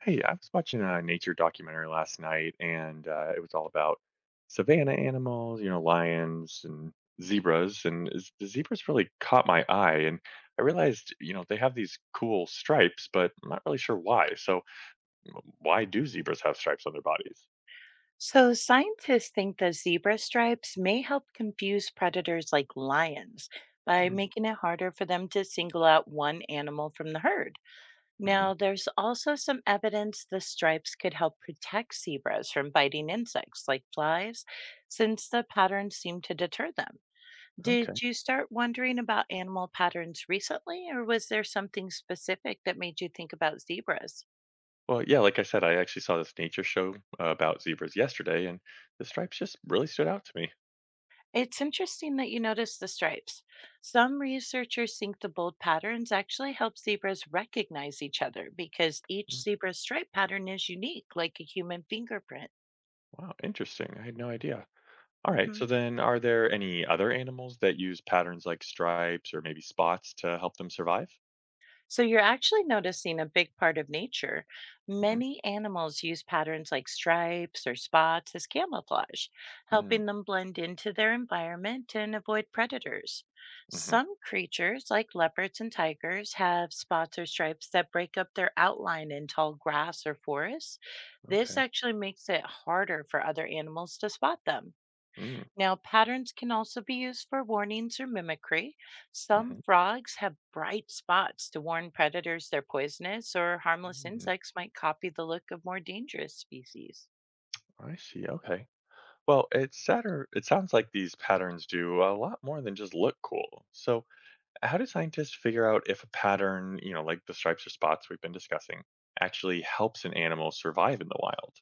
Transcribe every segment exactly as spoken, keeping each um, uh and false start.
Hey, I was watching a nature documentary last night, and uh, it was all about savanna animals, you know, lions and zebras. And z- the zebras really caught my eye. And I realized, you know, they have these cool stripes, but I'm not really sure why. So, w- why do zebras have stripes on their bodies? So, scientists think the zebra stripes may help confuse predators like lions by making it harder for them to single out one animal from the herd. Mm-hmm. Now, there's also some evidence the stripes could help protect zebras from biting insects like flies, since the patterns seem to deter them. Okay. Did you start wondering about animal patterns recently, or was there something specific that made you think about zebras? Well, yeah, like I said, I actually saw this nature show uh, about zebras yesterday, and the stripes just really stood out to me. It's interesting that you notice the stripes. Some researchers think the bold patterns actually help zebras recognize each other because each Mm, zebra stripe pattern is unique, like a human fingerprint. Wow, interesting. I had no idea. All right, so Mhm. then are there any other animals that use patterns like stripes or maybe spots to help them survive? So you're actually noticing a big part of nature. hmm Many animals use patterns like stripes or spots as camouflage, Mm, helping them blend into their environment and avoid predators. hmm Some creatures, like leopards and tigers, have spots or stripes that break up their outline in tall grass or forests. This Okay. actually makes it harder for other animals to spot them. Mm, Now, patterns can also be used for warnings or mimicry. Some hmm frogs have bright spots to warn predators they're poisonous, or harmless Mm, insects might copy the look of more dangerous species. I see. Okay. Well, it's sadder. It sounds like these patterns do a lot more than just look cool. So, how do scientists figure out if a pattern, you know, like the stripes or spots we've been discussing, actually helps an animal survive in the wild?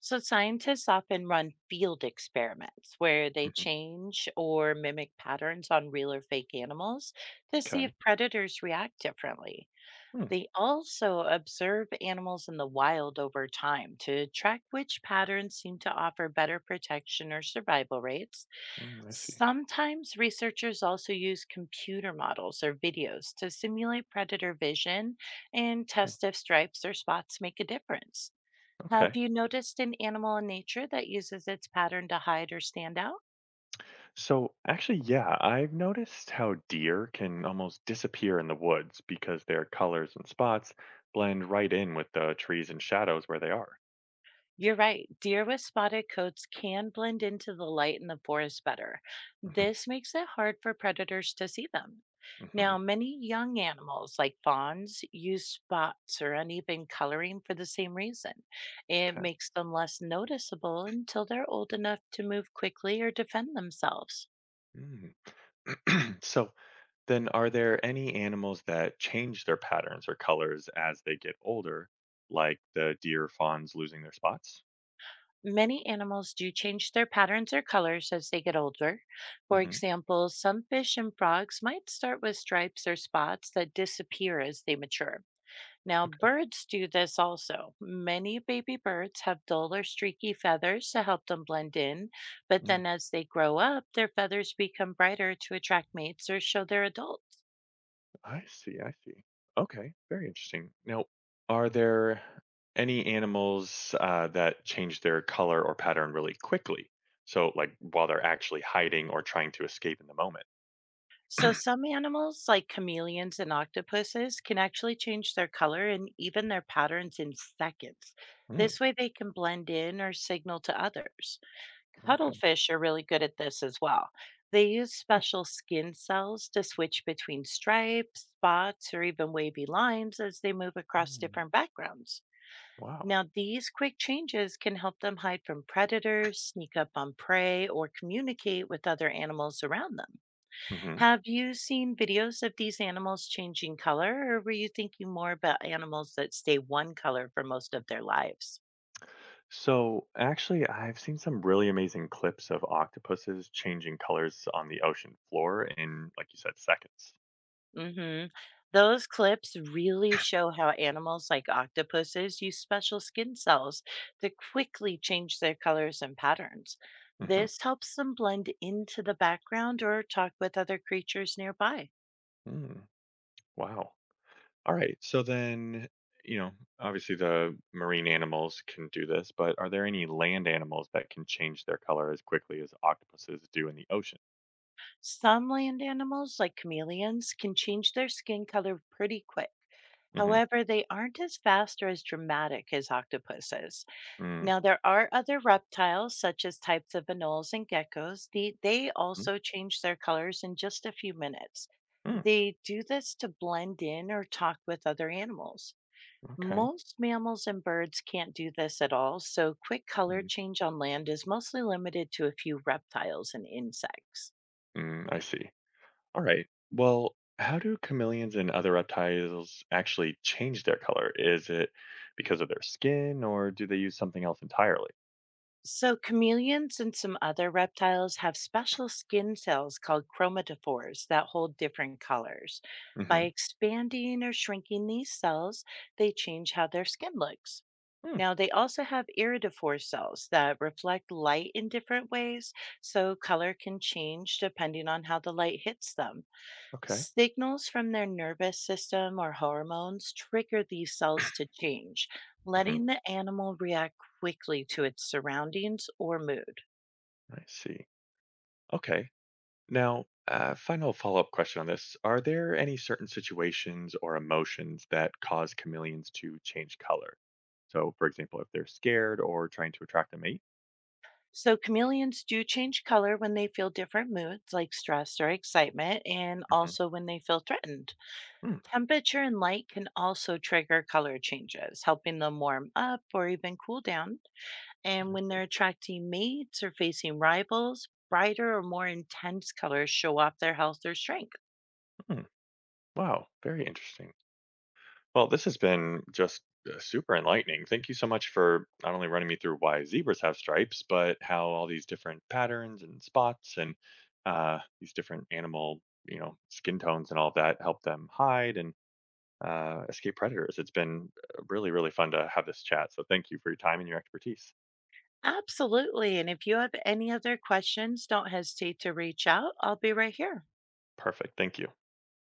So, scientists often run field experiments where they hmm change or mimic patterns on real or fake animals to see Okay. if predators react differently. Hmm, They also observe animals in the wild over time to track which patterns seem to offer better protection or survival rates. mm, I see. Sometimes researchers also use computer models or videos to simulate predator vision and Hmm, test if stripes or spots make a difference. Have Okay. you noticed an animal in nature that uses its pattern to hide or stand out? So actually, yeah, I've noticed how deer can almost disappear in the woods because their colors and spots blend right in with the trees and shadows where they are. You're right. Deer with spotted coats can blend into the light in the forest better. hmm This makes it hard for predators to see them. hmm Now, many young animals like fawns use spots or uneven coloring for the same reason. It Okay. makes them less noticeable until they're old enough to move quickly or defend themselves. Mm. so then, are there any animals that change their patterns or colors as they get older, like the deer fawns losing their spots? Many animals do change their patterns or colors as they get older. For hmm example, some fish and frogs might start with stripes or spots that disappear as they mature. Now, Okay. birds do this also. Many baby birds have dull or streaky feathers to help them blend in, but then Mm. as they grow up, their feathers become brighter to attract mates or show they're adults. I see, I see. Okay, very interesting. Now, are there any animals uh, that change their color or pattern really quickly? So, like while they're actually hiding or trying to escape in the moment. So, some animals, like chameleons and octopuses, can actually change their color and even their patterns in seconds. Mm, This way, they can blend in or signal to others. okay. Cuttlefish are really good at this as well. They use Huh. special skin cells to switch between stripes, spots, or even wavy lines as they move across Mm, different backgrounds. wow. Now, these quick changes can help them hide from predators, sneak up on prey, or communicate with other animals around them. hmm Have you seen videos of these animals changing color, or were you thinking more about animals that stay one color for most of their lives? So, actually, I've seen some really amazing clips of octopuses changing colors on the ocean floor in, like you said, seconds. Mhm. Those clips really show how animals like octopuses use special skin cells to quickly change their colors and patterns. Mm-hmm. This helps them blend into the background or talk with other creatures nearby. hmm Mm, wow. All right. So then, you know, obviously the marine animals can do this, but are there any land animals that can change their color as quickly as octopuses do in the ocean? Some land animals, like chameleons, can change their skin color pretty quick. hmm However, they aren't as fast or as dramatic as octopuses. mm Now, there are other reptiles, such as types of anoles and geckos. The, they mhm, also change their colors in just a few minutes. mm They do this to blend in or talk with other animals. Okay. Most mammals and birds can't do this at all, so quick color mm change on land is mostly limited to a few reptiles and insects. mm, I see. All right. Well, how do chameleons and other reptiles actually change their color? Is it because of their skin or do they use something else entirely? So, chameleons and some other reptiles have special skin cells called chromatophores that hold different colors. By Mm-hmm. expanding or shrinking these cells, they change how their skin looks. Now, they also have iridophore cells that reflect light in different ways, so color can change depending on how the light hits them. okay. Signals from their nervous system or hormones trigger these cells to change, hmm letting the animal react quickly to its surroundings or mood. I see. Okay. Now, uh, final follow up question on this. Are there any certain situations or emotions that cause chameleons to change color? So, for example, if they're scared or trying to attract a mate? So, chameleons do change color when they feel different moods like stress or excitement, and hmm also when they feel threatened. Hmm, Temperature and light can also trigger color changes, helping them warm up or even cool down. I And when they're see. attracting mates or facing rivals, brighter or more intense colors show off their health or strength. Hmm, Wow, very interesting. Well, this has been just uh, super enlightening. Thank you so much for not only running me through why zebras have stripes, but how all these different patterns and spots and uh, these different animal, you know, skin tones and all of that help them hide and uh, escape predators. It's been uh, really, really fun to have this chat. So thank you for your time and your expertise. Absolutely. And if you have any other questions, don't hesitate to reach out. I'll be right here. Perfect. Thank you.